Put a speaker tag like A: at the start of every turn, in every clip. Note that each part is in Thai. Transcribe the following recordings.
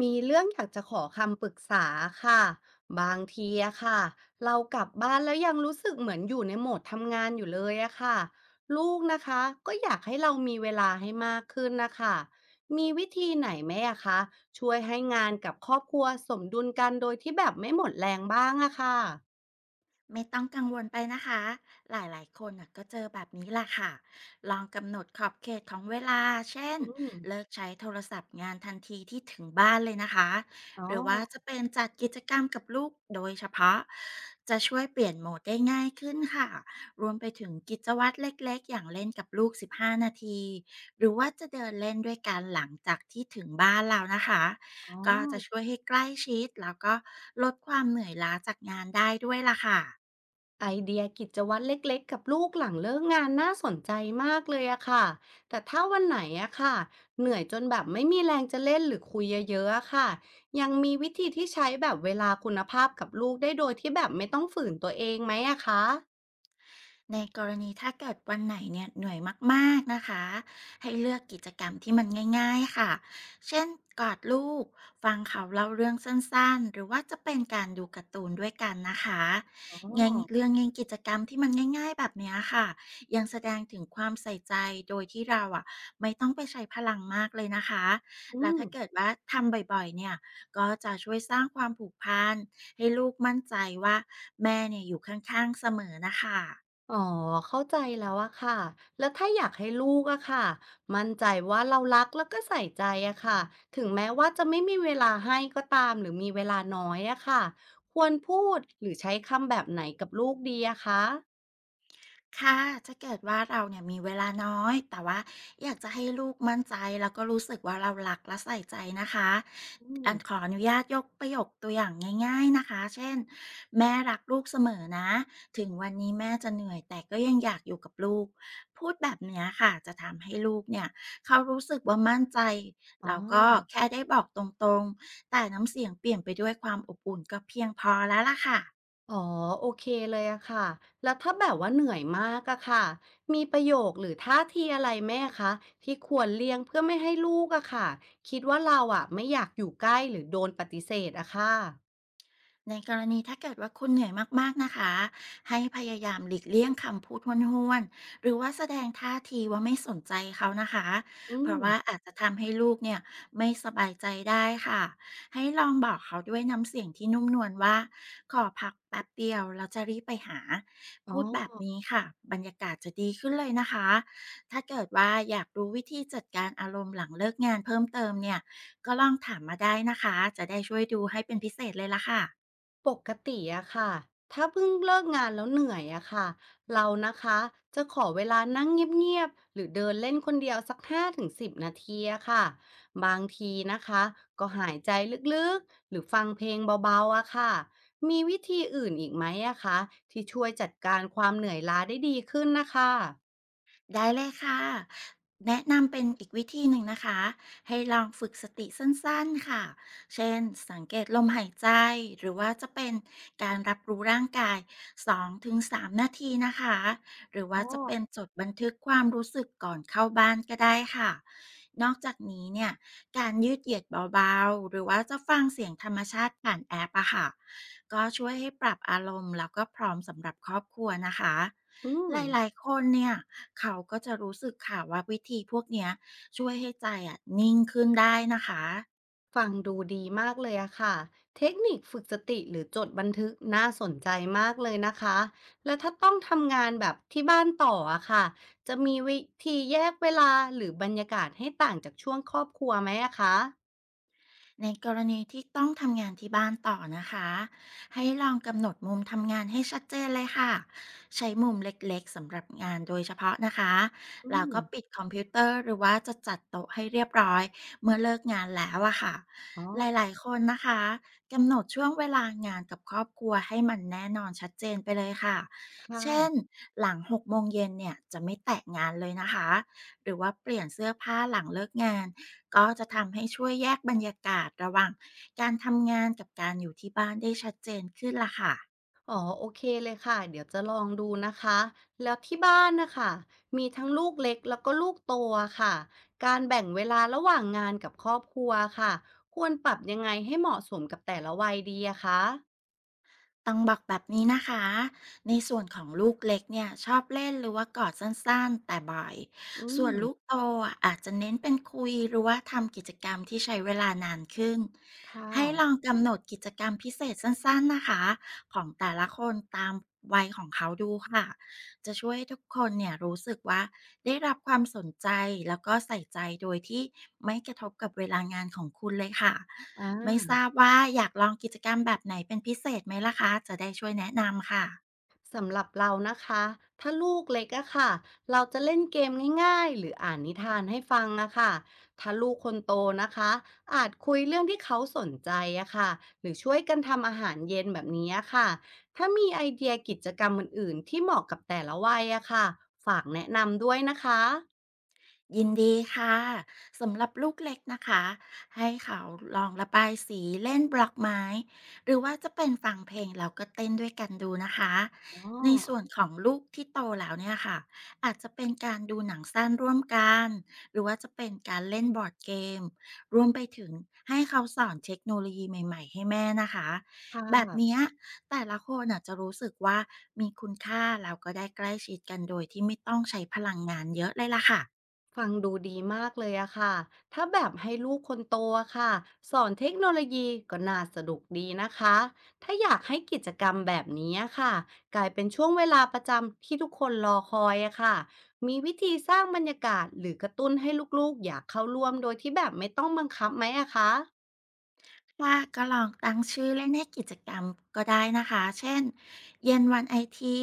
A: มีเรื่องอยากจะขอคำปรึกษาค่ะบางทีอะค่ะเรากลับบ้านแล้วยังรู้สึกเหมือนอยู่ในโหมดทำงานอยู่เลยอะค่ะลูกนะคะก็อยากให้เรามีเวลาให้มากขึ้นนะคะมีวิธีไหนไหมอะคะช่วยให้งานกับครอบครัวสมดุลกันโดยที่แบบไม่หมดแรงบ้างอะค่ะ
B: ไม่ต้องกังวลไปนะคะ หลายๆคนน่ะก็เจอแบบนี้แหละค่ะ ลองกำหนดขอบเขตของเวลา เช่น
A: อืม
B: เลิกใช้โทรศัพท์งานทันทีที่ถึงบ้านเลยนะคะ
A: อ๋
B: หรือว่าจะ
A: อ
B: เป็นจัดกิจกรรมกับลูกโดยเฉพาะ จะช่วยเปลี่ยนโหมดได้ง่ายขึ้นค่ะ รวมไปถึงกิจวัตรเล็กๆอย่างเล่นกับลูก 15 นาที หรือว่าจะเดินเล่นด้วยกันหลังจากที่ถึงบ้านแล้วนะคะ
A: อ๋อ
B: ก็จะช่วยให้ใกล้ชิดแล้วก็ลดความเหนื่อยล้าจากงานได้ด้วยล่ะค่ะ
A: ไอเดียกิจวัตรเล็กๆกับลูกหลังเลิกงานน่าสนใจมากเลยอะค่ะแต่ถ้าวันไหนอะค่ะเหนื่อยจนแบบไม่มีแรงจะเล่นหรือคุยเยอะๆอะค่ะยังมีวิธีที่ใช้แบบเวลาคุณภาพกับลูกได้โดยที่แบบไม่ต้องฝืนตัวเองไหมอะคะ
B: ในกรณีถ้าเกิดวันไหนเนี่ยเหนื่อยมากๆนะคะให้เลือกกิจกรรมที่มันง่ายๆค่ะเช่นกอดลูกฟังเขาเล่าเรื่องสั้นๆหรือว่าจะเป็นการดูการ์ตูนด้วยกันนะคะ
A: อ๋อ
B: งานเรื่องงานกิจกรรมที่มันง่ายๆแบบเนี้ยค่ะยังแสดงถึงความใส่ใจโดยที่เราอ่ะไม่ต้องไปใช้พลังมากเลยนะคะ
A: อื
B: แล้ว
A: ม
B: ถ้าเกิดว่าทำบ่อยๆเนี่ยก็จะช่วยสร้างความผูกพันให้ลูกมั่นใจว่าแม่เนี่ยอยู่ข้างๆเสมอนะคะ
A: อ๋อเข้าใจแล้วอะค่ะแล้วถ้าอยากให้ลูกอะค่ะมั่นใจว่าเรารักแล้วก็ใส่ใจอะค่ะถึงแม้ว่าจะไม่มีเวลาให้ก็ตามหรือมีเวลาน้อยอะค่ะควรพูดหรือใช้คำแบบไหนกับลูกดีอะคะ
B: ค่ะถ้าเกิดว่าเราเนี่ยมีเวลาน้อยแต่ว่าอยากจะให้ลูกมั่นใจแล้วก็รู้สึกว่าเรารักและใส่ใจนะคะ
A: อื
B: อั
A: ม
B: นขออนุญาตยกประโยคตัวอย่างง่ายๆนะคะเช่นแม่รักลูกเสมอนะถึงวันนี้แม่จะเหนื่อยแต่ก็ยังอยากอยู่กับลูก พูดแบบเนี้ยค่ะ จะทำให้ลูกเนี่ยเขารู้สึกว่ามั่นใจ
A: อ๋
B: แล้วก็
A: อ
B: แค่ได้บอกตรงๆ แต่น้ำเสียงเปลี่ยนไปด้วยความอบอุ่นก็เพียงพอแล้วล่ะค่ะ
A: อ๋อโอเคเลยอะค่ะแล้วถ้าแบบว่าเหนื่อยมากอะค่ะมีประโยคหรือท่าทีอะไรไหมอะคะที่ควรเลี่ยงเพื่อไม่ให้ลูกอะค่ะคิดว่าเราอะไม่อยากอยู่ใกล้หรือโดนปฏิเสธอะค่ะ
B: ในกรณีถ้าเกิดว่าคุณเหนื่อยมากๆนะคะให้พยายามหลีกเลี่ยงคำพูดห้วนๆหรือว่าแสดงท่าทีว่าไม่สนใจเขานะคะ
A: อื
B: เพ
A: ม
B: ราะว่าอาจจะทำให้ลูกเนี่ยไม่สบายใจได้ค่ะให้ลองบอกเขาด้วยน้ำเสียงที่นุ่มนวลว่าขอพักแป๊บเดียวเราจะรีบไปหา
A: อ๋
B: พู
A: อ
B: ดแบบนี้ค่ะบรรยากาศจะดีขึ้นเลยนะคะถ้าเกิดว่าอยากรู้วิธีจัดการอารมณ์หลังเลิกงานเพิ่มเติมเนี่ยก็ลองถามมาได้นะคะจะได้ช่วยดูให้เป็นพิเศษเลยล่ะค่ะ
A: ปกติอะค่ะถ้าเพิ่งเลิกงานแล้วเหนื่อยอะค่ะเรานะคะจะขอเวลานั่งเงียบๆ หรือเดินเล่นคนเดียวสัก5 ถึง 10 นาทีอะค่ะบางทีนะคะก็หายใจลึกๆ หรือฟังเพลงเบาๆอะค่ะมีวิธีอื่นอีกไหมอะคะที่ช่วยจัดการความเหนื่อยล้าได้ดีขึ้นนะคะ
B: ได้เลยค่ะแนะนำเป็นอีกวิธีหนึ่งนะคะให้ลองฝึกสติสั้นๆค่ะเช่นสังเกตลมหายใจหรือว่าจะเป็นการรับรู้ร่างกาย2-3นาทีนะคะหรือ
A: อ๋
B: ว่า
A: อ
B: จะเป็นจดบันทึกความรู้สึกก่อนเข้าบ้านก็ได้ค่ะนอกจากนี้เนี่ยการยืดเหยียดเบาๆหรือว่าจะฟังเสียงธรรมชาติผ่านแอปอะค่ะ ก็ช่วยให้ปรับอารมณ์แล้วก็พร้อมสำหรับครอบครัวนะคะ
A: อืม
B: หลายๆคนเนี่ยเขาก็จะรู้สึกค่ะว่าวิธีพวกเนี้ยช่วยให้ใจอ่ะนิ่งขึ้นได้นะคะ
A: ฟังดูดีมากเลยอะค่ะเทคนิคฝึกสติหรือจดบันทึกน่าสนใจมากเลยนะคะแล้วถ้าต้องทำงานแบบที่บ้านต่ออะค่ะจะมีวิธีแยกเวลาหรือบรรยากาศให้ต่างจากช่วงครอบครัวไหมอะคะ
B: ในกรณีที่ต้องทำงานที่บ้านต่อนะคะให้ลองกำหนดมุมทำงานให้ชัดเจนเลยค่ะใช้มุมเล็กๆสำหรับงานโดยเฉพาะนะคะ
A: อื
B: แล้ว
A: ม
B: ก็ปิดคอมพิวเตอร์หรือว่าจะจัดโต๊ะให้เรียบร้อยเมื่อเลิกงานแล้วอะค่ะ
A: อ๋อ
B: หลายๆคนนะคะกำหนดช่วงเวลางานกับครอบครัวให้มันแน่นอนชัดเจนไปเลยค่ะเช่น
A: ค่ะ
B: หลังหกโมงเย็นเนี่ยจะไม่แตะงานเลยนะคะหรือว่าเปลี่ยนเสื้อผ้าหลังเลิกงาน ก็จะทำให้ช่วยแยกบรรยากาศระหว่างการทำงานกับการอยู่ที่บ้านได้ชัดเจนขึ้นล่ะค่ะ
A: อ๋อโอเคเลยค่ะเดี๋ยวจะลองดูนะคะแล้วที่บ้านนะคะมีทั้งลูกเล็กแล้วก็ลูกโตอะค่ะการแบ่งเวลาระหว่างงานกับครอบครัวค่ะควรปรับยังไงให้เหมาะสมกับแต่ละวัยดีอะคะ
B: ต้องบอกแบบนี้นะคะ ในส่วนของลูกเล็กเนี่ยชอบเล่นหรือว่ากอดสั้นๆแต่บ่อย
A: อื
B: ส่วน
A: ม
B: ลูกโตอะอาจจะเน้นเป็นคุยหรือว่าทำกิจกรรมที่ใช้เวลานานขึ้น
A: ค่ะ
B: ให้ลองกำหนดกิจกรรมพิเศษสั้นๆนะคะของแต่ละคนตามวัยของเขาดูค่ะจะช่วยให้ทุกคนเนี่ยรู้สึกว่า ได้รับความสนใจแล้วก็ใส่ใจโดยที่ไม่กระทบกับเวลางานของคุณเลยค่ะ
A: อา
B: ไม่ทราบว่าอยากลองกิจกรรมแบบไหนเป็นพิเศษไหมล่ะคะ จะได้ช่วยแนะนำค่ะ
A: สำหรับเรานะคะ ถ้าลูกเล็กอะค่ะเราจะเล่นเกมง่ายๆหรืออ่านนิทานให้ฟังอะค่ะถ้าลูกคนโตนะคะอาจคุยเรื่องที่เขาสนใจอะค่ะหรือช่วยกันทำอาหารเย็นแบบนี้อะค่ะถ้ามีไอเดียกิจกรรมอื่นๆที่เหมาะกับแต่ละวัยอะค่ะฝากแนะนำด้วยนะคะ
B: ยินดีค่ะสำหรับลูกเล็กนะคะให้เขาลองระบายสีเล่นบล็อกไม้หรือว่าจะเป็นฟังเพลงแล้วก็เต้นด้วยกันดูนะคะ
A: อ๋อ
B: ในส่วนของลูกที่โตแล้วเนี่ยค่ะอาจจะเป็นการดูหนังสั้นร่วมกันหรือว่าจะเป็นการเล่นบอร์ดเกมรวมไปถึงให้เขาสอนเทคโนโลยีใหม่ๆให้แม่นะคะ
A: ค่
B: แบบ
A: ะ
B: เนี้ยแต่ละคนอาจจะรู้สึกว่ามีคุณค่าแล้วก็ได้ใกล้ชิดกันโดยที่ไม่ต้องใช้พลังงานเยอะเลยล่ะค่ะ
A: ฟังดูดีมากเลยอะค่ะ ถ้าแบบให้ลูกคนโตอะค่ะสอนเทคโนโลยีก็น่าสนุกดีนะคะ ถ้าอยากให้กิจกรรมแบบนี้อะค่ะกลายเป็นช่วงเวลาประจำที่ทุกคนรอคอยอะค่ะมีวิธีสร้างบรรยากาศหรือกระตุ้นให้ลูกๆอยากเข้าร่วมโดยที่แบบไม่ต้องบังคับไหมอะคะ
B: ค่ะก็ลองตั้งชื่อเล่นให้กิจกรรมก็ได้นะคะเช่นเย็นวันไอที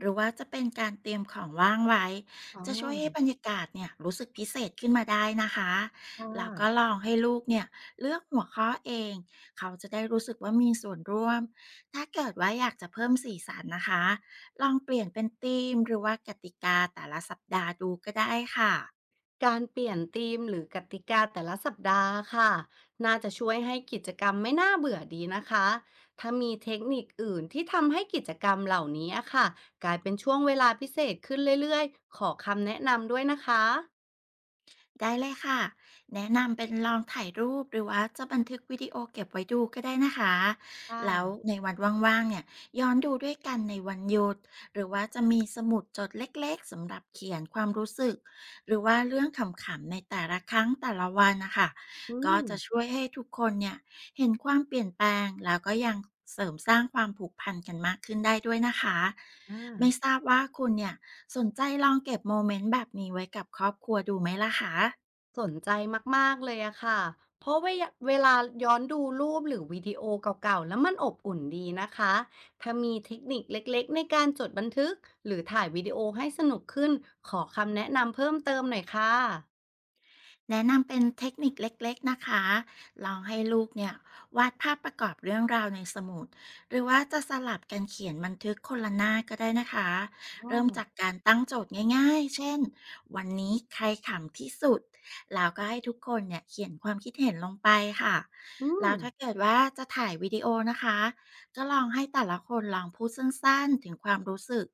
B: หรือว่าจะเป็นการเตรียมของว่างไว้
A: อ๋อ
B: จะช่วยให้บรรยากาศเนี่ยรู้สึกพิเศษขึ้นมาได้นะคะ
A: ค่
B: แล้วก็ล
A: ะ
B: องให้ลูกเนี่ยเลือกหัวข้อเองเขาจะได้รู้สึกว่ามีส่วนร่วมถ้าเกิดว่าอยากจะเพิ่มสีสันนะคะลองเปลี่ยนเป็นธีมหรือว่ากติกาแต่ละสัปดาห์ดูก็ได้ค่ะ
A: การเปลี่ยนธีมหรือกติกาแต่ละสัปดาห์ค่ะน่าจะช่วยให้กิจกรรมไม่น่าเบื่อดีนะคะถ้ามีเทคนิคอื่นที่ทำให้กิจกรรมเหล่านี้อะค่ะกลายเป็นช่วงเวลาพิเศษขึ้นเรื่อยๆขอคำแนะนำด้วยนะคะ
B: ได้เลยค่ะแนะนำเป็นลองถ่ายรูปหรือว่าจะบันทึกวิดีโอเก็บไว้ดูก็ได้นะคะแล้ว
A: ค่ะ
B: ในวันว่างๆเนี่ยย้อนดูด้วยกันในวันหยุดหรือว่าจะมีสมุดจดเล็กๆสำหรับเขียนความรู้สึกหรือว่าเรื่องขำๆในแต่ละครั้งแต่ละวันนะคะ
A: อื
B: ก็
A: ม
B: จะช่วยให้ทุกคนเนี่ยเห็นความเปลี่ยนแปลงแล้วก็ยังเสริมสร้างความผูกพันกันมากขึ้นได้ด้วยนะคะ
A: อ่า
B: ไม่ทราบว่าคุณเนี่ยสนใจลองเก็บโมเมนต์แบบนี้ไว้กับครอบครัวดูไหมล่ะคะ
A: สนใจมากๆเลยอะค่ะ เพราะเวลาย้อนดูรูปหรือวิดีโอเก่าๆ แล้วมันอบอุ่นดีนะคะ ถ้ามีเทคนิคเล็กๆ ในการจดบันทึกหรือถ่ายวิดีโอให้สนุกขึ้น ขอคำแนะนำเพิ่มเติมหน่อยค่ะ
B: แนะนำเป็นเทคนิคเล็กๆนะคะลองให้ลูกเนี่ยวาดภาพประกอบเรื่องราวในสมุดหรือว่าจะสลับกันเขียนบันทึกคนละหน้าก็ได้นะคะ
A: อ๋อ
B: เริ่มจากการตั้งโจทย์ง่ายๆ เช่น วันนี้ใครขำที่สุด แล้วก็ให้ทุกคนเนี่ยเขียนความคิดเห็นลงไปค่ะ
A: อื
B: แล้
A: ม
B: วถ้าเกิดว่าจะถ่ายวิดีโอนะคะก็ลองให้แต่ละคนลองพูดสั้นๆถึงความรู้สึก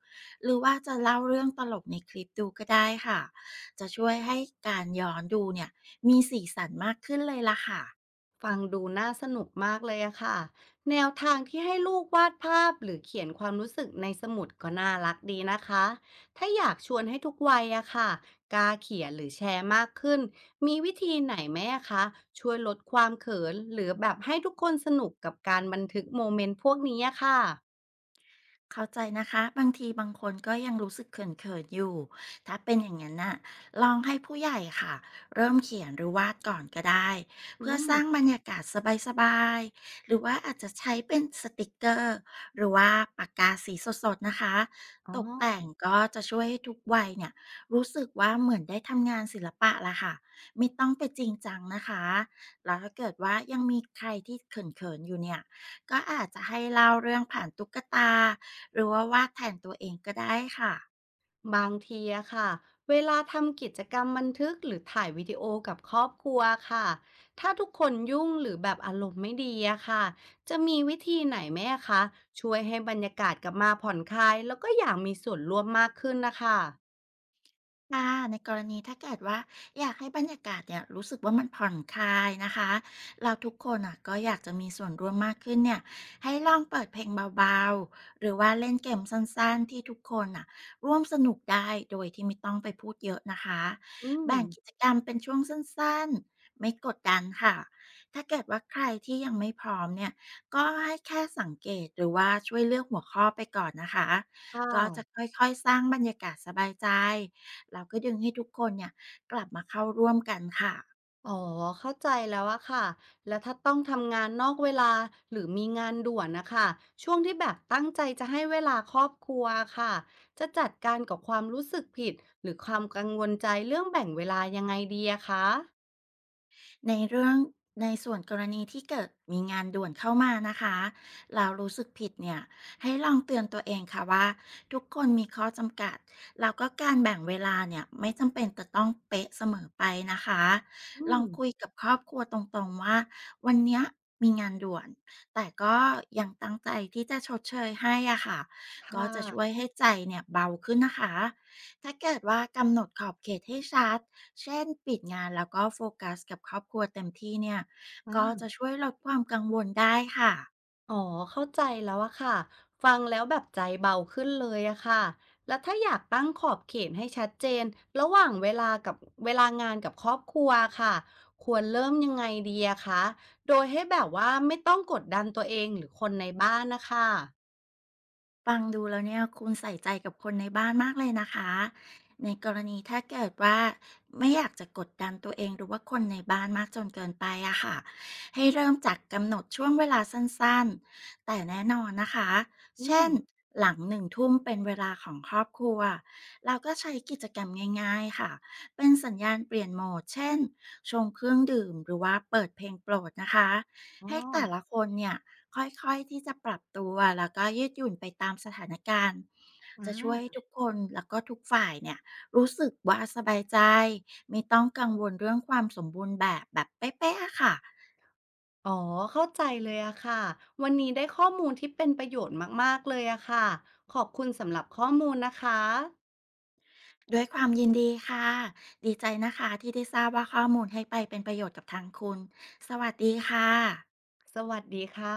B: หรือว่าจะเล่าเรื่องตลกในคลิปดูก็ได้ค่ะ จะช่วยให้การย้อนดูเนี่ยมีสีสันมากขึ้นเลยล่ะค่ะ
A: ฟังดูน่าสนุกมากเลยอะค่ะแนวทางที่ให้ลูกวาดภาพหรือเขียนความรู้สึกในสมุดก็น่ารักดีนะคะถ้าอยากชวนให้ทุกวัยอะค่ะกล้าเขียนหรือแชร์มากขึ้นมีวิธีไหนไหมอะคะช่วยลดความเขินหรือแบบให้ทุกคนสนุกกับการบันทึกโมเมนต์พวกนี้อะค่ะ
B: เข้าใจนะคะบางทีบางคนก็ยังรู้สึกเขินๆอยู่ถ้าเป็นอย่างนั้นน่ะลองให้ผู้ใหญ่ค่ะเริ่มเขียนหรือวาดก่อนก็ได้
A: อื
B: เพื่อส
A: ม
B: ร้างบรรยากาศสบายๆหรือว่าอาจจะใช้เป็นสติกเกอร์หรือว่าปากกาสีสดๆนะคะ
A: อ๋
B: ตกแต่ง
A: อ
B: ก็จะช่วยให้ทุกวัยเนี่ยรู้สึกว่าเหมือนได้ทำงานศิลปะละค่ะไม่ต้องไปจริงจังนะคะแล้วถ้าเกิดว่ายังมีใครที่เขินๆอยู่เนี่ย ก็อาจจะให้เล่าเรื่องผ่านตุ๊กตาหรือว่าวาดแทนตัวเองก็ได้ค่ะ
A: บางทีอะค่ะเวลาทำกิจกรรมบันทึกหรือถ่ายวิดีโอกับครอบครัวค่ะถ้าทุกคนยุ่งหรือแบบอารมณ์ไม่ดีอะค่ะจะมีวิธีไหนไหมอะคะช่วยให้บรรยากาศกลับมาผ่อนคลายแล้วก็อยากมีส่วนร่วมมากขึ้นนะคะ
B: ค่ะในกรณีถ้าเกิดว่าอยากให้บรรยากาศเนี่ยรู้สึกว่ามันผ่อนคลายนะคะเราทุกคนอ่ะก็อยากจะมีส่วนร่วมมากขึ้นเนี่ยให้ลองเปิดเพลงเบาๆหรือว่าเล่นเกมสั้นๆที่ทุกคนอ่ะร่วมสนุกได้โดยที่ไม่ต้องไปพูดเยอะนะคะ
A: อืม
B: แบ่งกิจกรรมเป็นช่วงสั้นๆไม่กดดันค่ะถ้าเกิดว่าใครที่ยังไม่พร้อมเนี่ยก็ให้แค่สังเกตหรือว่าช่วยเลือกหัวข้อไปก่อนนะคะ
A: ค่
B: ก็จะ
A: ะ
B: ค่อยๆสร้างบรรยากาศสบายใจ แล้วก็ดึงให้ทุกคนเนี่ยกลับมาเข้าร่วมกันค่ะ
A: อ๋อเข้าใจแล้วอะค่ะแล้วถ้าต้องทำงานนอกเวลาหรือมีงานด่วนนะคะช่วงที่แบบตั้งใจจะให้เวลาครอบครัวค่ะจะจัดการกับความรู้สึกผิดหรือความกังวลใจเรื่องแบ่งเวลายังไงดีอะคะ
B: ในเรื่องในส่วนกรณีที่เกิดมีงานด่วนเข้ามานะคะเรารู้สึกผิดเนี่ยให้ลองเตือนตัวเองค่ะว่าทุกคนมีข้อจำกัดแล้วก็การแบ่งเวลาเนี่ยไม่จำเป็นจะต้องเป๊ะเสมอไปนะคะ
A: อื
B: ลอง
A: ม
B: คุยกับครอบครัวตรงๆว่าวันเนี้ยมีงานด่วนแต่ก็ยังตั้งใจที่จะชดเชยให้อะค่ะก็
A: ค่ะ
B: จะช่วยให้ใจเนี่ยเบาขึ้นนะคะ ถ้าเกิดว่ากำหนดขอบเขตให้ชัดเช่นปิดงานแล้วก็โฟกัสกับครอบครัวเต็มที่เนี่ย ก็
A: า
B: จะช่วยลดความกังวลได้ค่ะ
A: อ๋อเข้าใจแล้วอะค่ะฟังแล้วแบบใจเบาขึ้นเลยอะค่ะแล้วถ้าอยากตั้งขอบเขตให้ชัดเจนระหว่างเวลากับเวลางานกับครอบครัวค่ะควรเริ่มยังไงดีอะคะโดยให้แบบว่าไม่ต้องกดดันตัวเองหรือคนในบ้านนะคะ
B: ฟังดูแล้วเนี่ยคุณใส่ใจกับคนในบ้านมากเลยนะคะในกรณีถ้าเกิดว่าไม่อยากจะกดดันตัวเองหรือว่าคนในบ้านมากจนเกินไปอะค่ะให้เริ่มจากกำหนดช่วงเวลาสั้นๆแต่แน่นอนนะคะ
A: อื
B: เช่
A: ม
B: นหลังหนึ่งทุ่มเป็นเวลาของครอบครัวเราก็ใช้กิจกรรมง่ายๆค่ะเป็นสัญญาณเปลี่ยนโหมดเช่นชงเครื่องดื่มหรือว่าเปิดเพลงโปรดนะคะ
A: อ๋อ
B: ให้แต่ละคนเนี่ยค่อยๆที่จะปรับตัวแล้วก็ยืดหยุ่นไปตามสถานการณ์
A: อ
B: จะช่วยให้
A: า
B: ทุกคนแล้วก็ทุกฝ่ายเนี่ยรู้สึกว่าสบายใจไม่ต้องกังวลเรื่องความสมบูรณ์แบบแบบเป๊ะๆอะค่ะ
A: อ๋อเข้าใจเลยอะค่ะวันนี้ได้ข้อมูลที่เป็นประโยชน์มากๆเลยอะค่ะขอบคุณสำหรับข้อมูลนะคะ
B: ด้วยความยินดีค่ะดีใจนะคะที่ได้ทราบว่าข้อมูลให้ไปเป็นประโยชน์กับทางคุณสวัสดีค่ะ
A: สวัสดีค่ะ